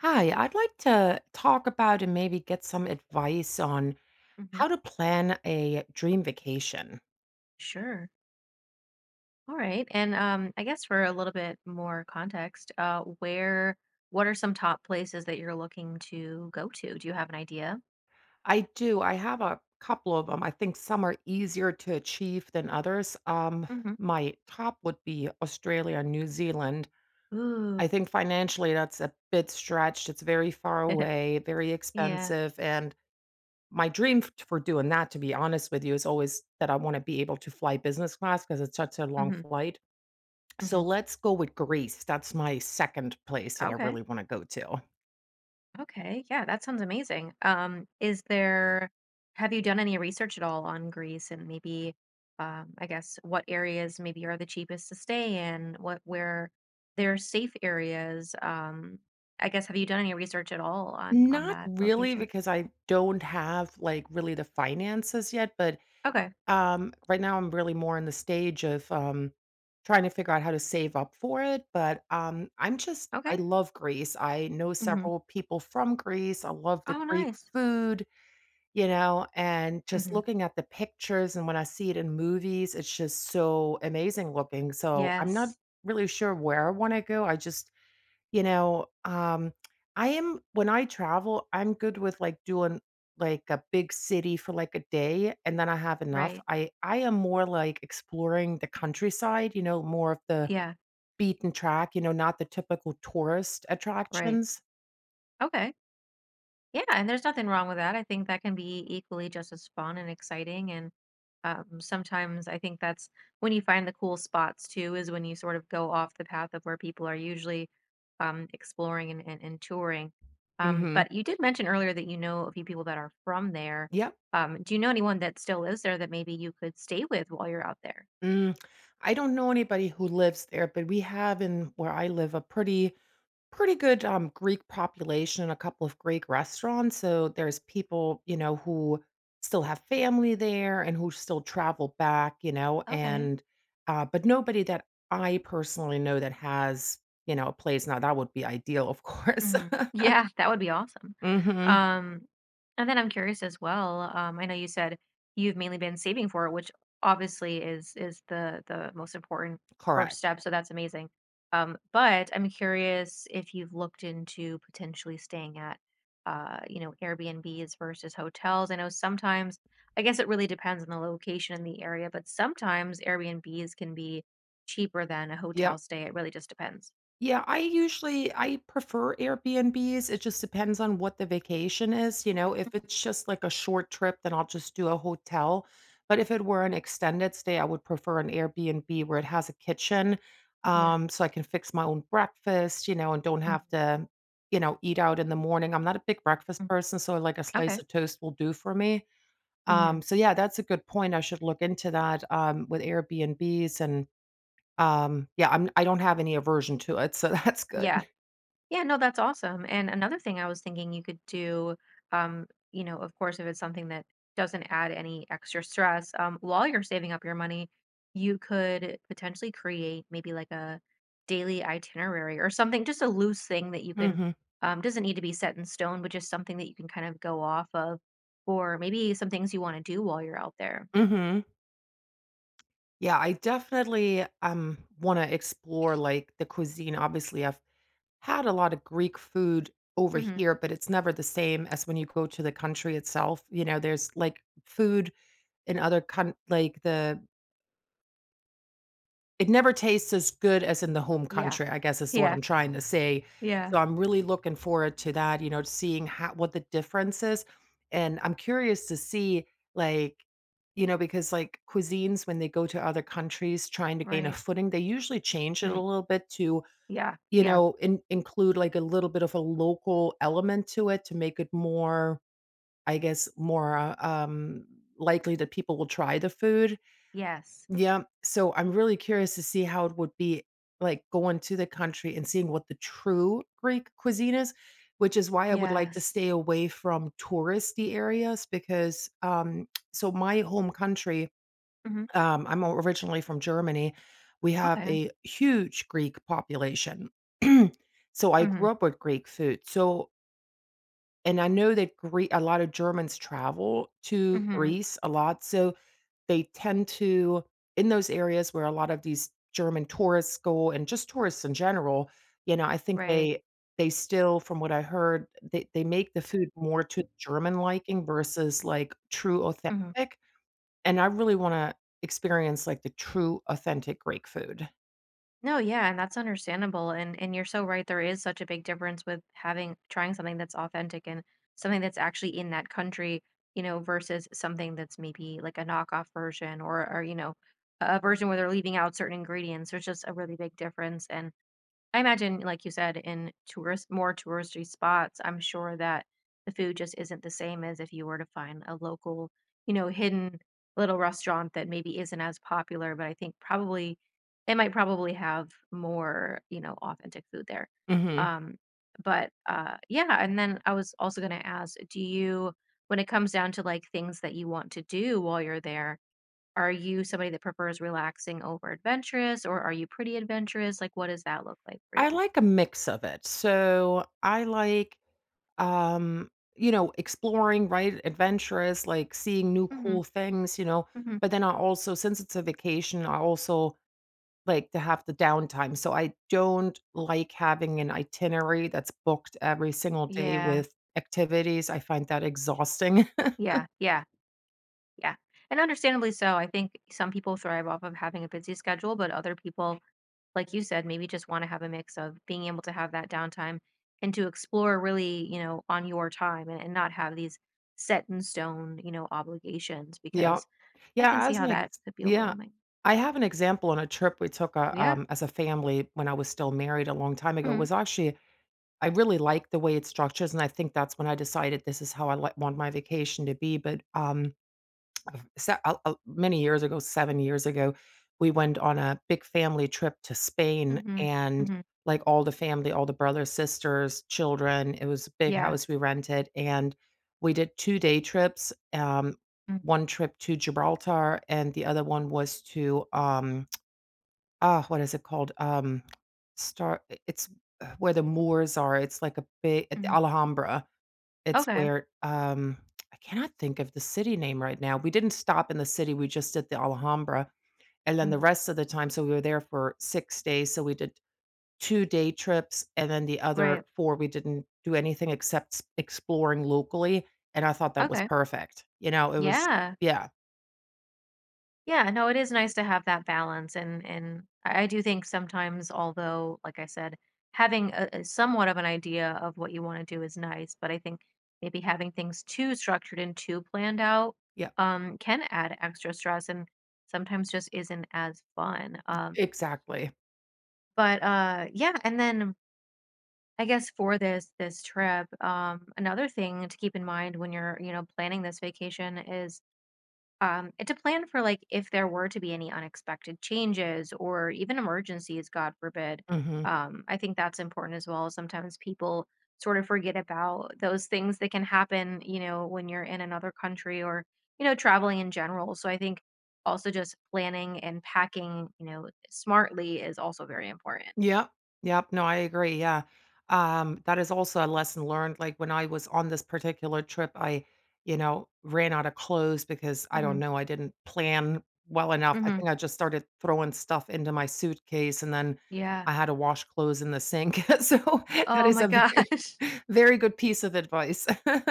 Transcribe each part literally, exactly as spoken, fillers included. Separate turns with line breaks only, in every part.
Hi, I'd like to talk about and maybe get some advice on
Hmm.
how to plan a dream vacation.
Sure. All right. And um, I guess for a little bit more context, uh, where, what are some top places that you're looking to go to? Do you have an idea?
I do. I have a couple of them. I think some are easier to achieve than others. Um,
Hmm.
my top would be Australia and New Zealand. I
Ooh.
think financially that's a bit stretched. It's very far away, very
Yeah.
expensive. And my dream f- for doing that, to be honest with you, is always that I want to be able to fly business class because it's such a long
Hmm.
flight.
Hmm.
So let's go with Greece. That's my second place that I
Okay.
really wanna go to.
Okay, yeah, that sounds amazing. Um, is there, have you done any research at all on Greece and maybe, um, I guess, what areas maybe are the cheapest to stay in? What where there are safe areas? Um, I guess, have you done any research at all on on
Not
that
really
location?
because I don't have, like, really the finances yet, but,
Okay,
um, right now I'm really more in the stage of, um, trying to figure out how to save up for it, but, um, I'm just I
okay.
love Greece. I know
Hmm.
several people from Greece. I love the
Oh,
Greek
nice.
food. You know, and just
Hmm.
looking at the pictures and when I see it in movies, it's just so amazing looking, so I'm not
Yes,
really sure where I wanna go, I just you know, um, I am when I travel, I'm good with, like, doing, like, a big city for, like, a day, and then I have enough.
right.
I I am more, like, exploring the countryside, you know, more of the
Yeah,
beaten track, you know, not the typical tourist
right.
attractions.
Okay. Yeah, and there's nothing wrong with that. I think that can be equally just as fun and exciting. And um, sometimes I think that's when you find the cool spots too, is when you sort of go off the path of where people are usually um, exploring and, and, and touring. Um,
Mhm.
but you did mention earlier that you know a few people that are from there.
Yep.
Um, do you know anyone that still lives there that maybe you could stay with while you're out there?
Mm, I don't know anybody who lives there, but we have in where I live a pretty pretty good, um, Greek population, and a couple of Greek restaurants, so there's people, you know, who still have family there and who still travel back, you know,
Okay.
and, uh, but nobody that I personally know that has, you know, a place. Now that would be ideal, of course.
Mhm. Yeah, that would be awesome.
Mhm.
Um, and then I'm curious as well. Um, I know you said you've mainly been saving for it, which obviously is is the the most important first
Correct.
step. So that's amazing. Um, but I'm curious if you've looked into potentially staying at, uh, you know, Airbnbs versus hotels. I know sometimes, I guess it really depends on the location and the area, but sometimes Airbnbs can be cheaper than a
Yeah.
hotel stay. It really just depends.
Yeah, I usually I prefer Airbnbs. It just depends on what the vacation is, you know. If
Mhm.
it's just like a short trip, then I'll just do a hotel. But if it were an extended stay, I would prefer an Airbnb where it has a kitchen,
Yeah.
um, so I can fix my own breakfast, you know, and don't have to, you know, eat out in the morning. I'm not a big breakfast
Mhm.
person, so like a slice
Okay.
of toast will do for me.
Hmm.
Um, so yeah, that's a good point. I should look into that um, with Airbnbs and um, yeah, I'm I don't have any aversion to it, so that's good.
Yeah. Yeah. No, that's awesome. And another thing I was thinking you could do, um, you know, of course, if it's something that doesn't add any extra stress, um, while you're saving up your money, you could potentially create maybe like a daily itinerary or something, just a loose thing that you can,
Mhm,
um, doesn't need to be set in stone, but just something that you can kind of go off of, or maybe some things you want to do while you're out there.
mhm. Yeah, I definitely, um, wanna explore, like, the cuisine. Obviously, I've had a lot of Greek food over
Hmm.
here, but it's never the same as when you go to the country itself. You know, there's, like, food in other coun like, the It never tastes as good as in the home
Yeah.
country, I guess, is what
Yeah.
I'm trying to say.
Yeah.
So I'm really looking forward to that, you know, seeing how what the difference is, and I'm curious to see, like you know, because, like, cuisines, when they go to other countries trying to gain a
Right.
footing, they usually change it a
Right.
little bit to,
Yeah.
you
Yeah.
know, in include, like, a little bit of a local element to it to make it more, I guess, more, uh, um, likely that people will try the food.
Yes.
Yeah, so I'm really curious to see how it would be, like, going to the country and seeing what the true Greek cuisine is, which is why I would like to
Yes.
stay away from touristy areas because, um so my home country,
Mhm.
um, I'm originally from Germany, we have
Okay.
a huge Greek population. So I
Mhm.
grew up with Greek food, so and I know that Greek a lot of Germans travel to
Mhm.
Greece a lot, so they tend to in those areas where a lot of these German tourists go and just tourists in general, you know, I think
Right.
they they still, from what I heard, they they make the food more to German liking versus, like, true
Mhm.
authentic, and I really wanna experience, like, the true authentic Greek food.
No, yeah, and that's understandable. And and you're so right. There is such a big difference with having trying something that's authentic and something that's actually in that country, you know, versus something that's maybe like a knockoff version or or you know, a a version where they're leaving out certain ingredients. There's just a really big difference. And I imagine, like you said, in tourist more touristy spots, I'm sure that the food just isn't the same as if you were to find a local, you know, hidden little restaurant that maybe isn't as popular, but I think probably it might probably have more, you know, authentic food there.
Mhm.
Um, but uh yeah, and then I was also gonna ask, do you when it comes down to like things that you want to do while you're there, are you somebody that prefers relaxing over adventurous or are you pretty adventurous? Like what does that look like for
I
you?
like a mix of it. So I like, um, you know, exploring, right? Adventurous, like seeing new
Mhm,
cool things, you know.
mhm.
But then I also, since it's a vacation, I also like to have the downtime. So I don't like having an itinerary that's booked every single day
Yeah,
with activities. I find that exhausting.
yeah, yeah, yeah, and understandably so. I think some people thrive off of having a busy schedule, but other people, like you said, maybe just want to have a mix of being able to have that downtime and to explore really, you know, on your time and, and not have these set in stone, you know, obligations
Yeah.
because I can
Yeah,
see
as
how
an ex
that could be
Yeah.
overwhelming.
I have an example on a trip we took, uh,
Yeah.
um, as a family when I was still married a long time ago. It
Mhm,
was actually I really like the way it structures, and I think that's when I decided this is how I li want my vacation to be, but, um, se uh uh, many years ago, seven years ago, we went on a big family trip to Spain,
mhm,
and,
mhm.
like, all the family, all the brothers, sisters, children, it was a big
Yeah.
house we rented, and we did two day trips, um,
Mm,
one trip to Gibraltar, and the other one was to, um Ah, what is it called? Um, star it's, uh, where the Moors are, it's like a big at the
mhm.
Alhambra. It's
Okay.
where, um I cannot think of the city name right now. We didn't stop in the city, we just did the Alhambra, and then the
Mhm.
rest of the time, so we were there for six days, so we did two day trips, and then the
Right.
other four we didn't do anything except s exploring locally, and I thought that was
Okay.
perfect. You know, it was
Yeah.
Yeah,
Yeah, no, it is nice to have that balance, and and I I do think sometimes, although, like I said, having a, a somewhat of an idea of what you want to do is nice, but I think maybe having things too structured and too planned out
yeah,
um, can add extra stress, and sometimes just isn't as fun. Um,
exactly.
but uh, yeah, and then I guess for this this trip, um, another thing to keep in mind when you're you know planning this vacation is um, and to plan for like if there were to be any unexpected changes or even emergencies, God forbid.
Mhm.
Um, I think that's important as well. Sometimes people sort of forget about those things that can happen, you know, when you're in another country or, you know, traveling in general. So I think also just planning and packing, you know, smartly is also very important.
Yep. Yep. No, I agree. Yeah. Um, that is also a lesson learned. Like when I was on this particular trip, I, you know, ran out of clothes because I
Hmm.
don't know, I didn't plan well enough. I
Hmm.
think I just started throwing stuff into my suitcase and then
Yeah.
I had to wash clothes in the sink. So that
Oh
is
my
a very,
gosh.
very good piece of advice.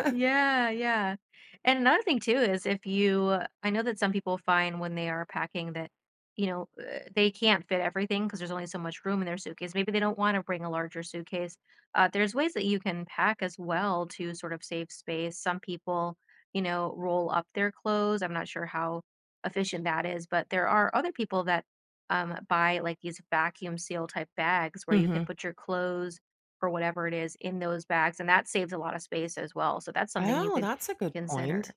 Yeah, yeah. And another thing too is if you I know that some people find when they are packing that, you know, uh, they can't fit everything because there's only so much room in their suitcase. Maybe they don't want to bring a larger suitcase. Uh, there's ways that you can pack as well to sort of save space. Some people, you know, roll up their clothes. I'm not sure how efficient that is, but there are other people that um, buy like these vacuum seal type bags where you
hmm
can put your clothes or whatever it is in those bags, and that saves a lot of space as well. So that's something you
Oh,
could
that's a good point.
consider.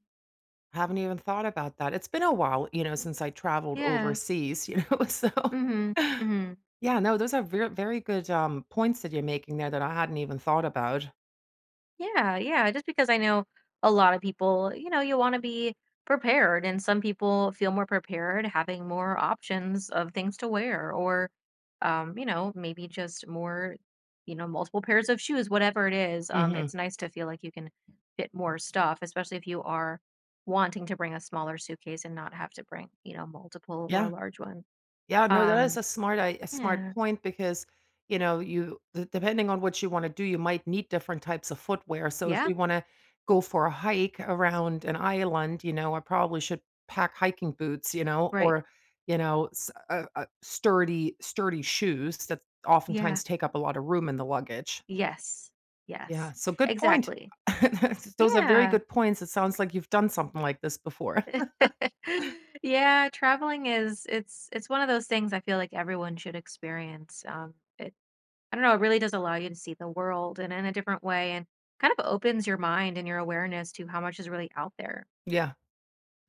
Haven't even thought about that. It's been a while, you know, since I traveled
Yeah.
overseas, you know, so.
Mhm. Mhm.
Yeah, no, those are very, very good, um, points that you're making there that I hadn't even thought about.
Yeah, yeah, just because I know a lot of people, you know, you want to be prepared, and some people feel more prepared having more options of things to wear, or, um, you know, maybe just more, you know, multiple pairs of shoes, whatever it is. Um,
Mhm.
it's nice to feel like you can fit more stuff, especially if you are wanting to bring a smaller suitcase and not have to bring, you know, multiple or a
Yeah.
large one.
Yeah, no, that is
Um,
a smart I a smart
yeah,
point because, you know, you d depending on what you wanna do, you might need different types of footwear, so if
yeah,
we wanna go for a hike around an island, you know, I probably should pack hiking boots, you know,
right.
or, you know, s uh uh, sturdy sturdy shoes that
Yeah,
oftentimes take up a lot of room in the luggage.
yes, yes,
Yeah, so good point.
exactly.
Those are very
Yeah.
good points. It sounds like you've done something like this before.
Yeah, traveling is it's it's one of those things I feel like everyone should experience. Um, it I don't know, it really does allow you to see the world and in a different way and kind of opens your mind and your awareness to how much is really out there.
Yeah.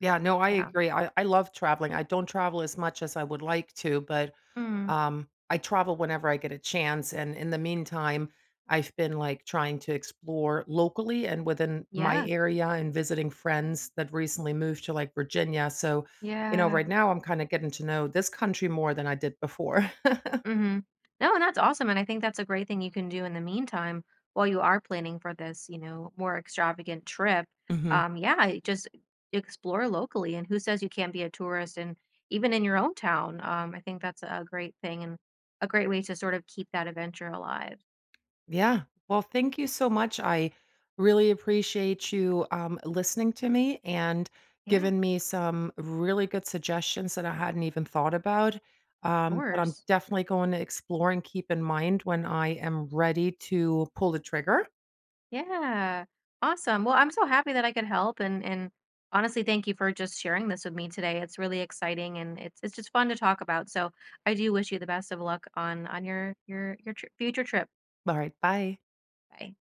Yeah, no, I
Yeah.
agree. I I love traveling. I don't travel as much as I would like to, but,
Mm,
um, I travel whenever I get a chance, and in the meantime, I've been, like, trying to explore locally and within my
yeah.
area and visiting friends that recently moved to, like, Virginia, so, you know,
Yeah.
right now I'm kinda getting to know this country more than I did before.
Hmm. No, and that's awesome. And I think that's a great thing you can do in the meantime while you are planning for this, you know, more extravagant trip.
Mhm.
Um, yeah, just explore locally. And who says you can't be a tourist and even in your own town? Um, I think that's a great thing and a great way to sort of keep that adventure alive.
Yeah. Well, thank you so much. I really appreciate you, um, listening to me and
Yeah, of
giving me some really good suggestions that I hadn't even thought about. Um, that I'm
course.
definitely going to explore and keep in mind when I am ready to pull the trigger.
Yeah. Awesome. Well, I'm so happy that I could help and and honestly, thank you for just sharing this with me today. It's really exciting and it's it's just fun to talk about. So, I do wish you the best of luck on on your your your tri- future trip.
All right. Bye.
Bye.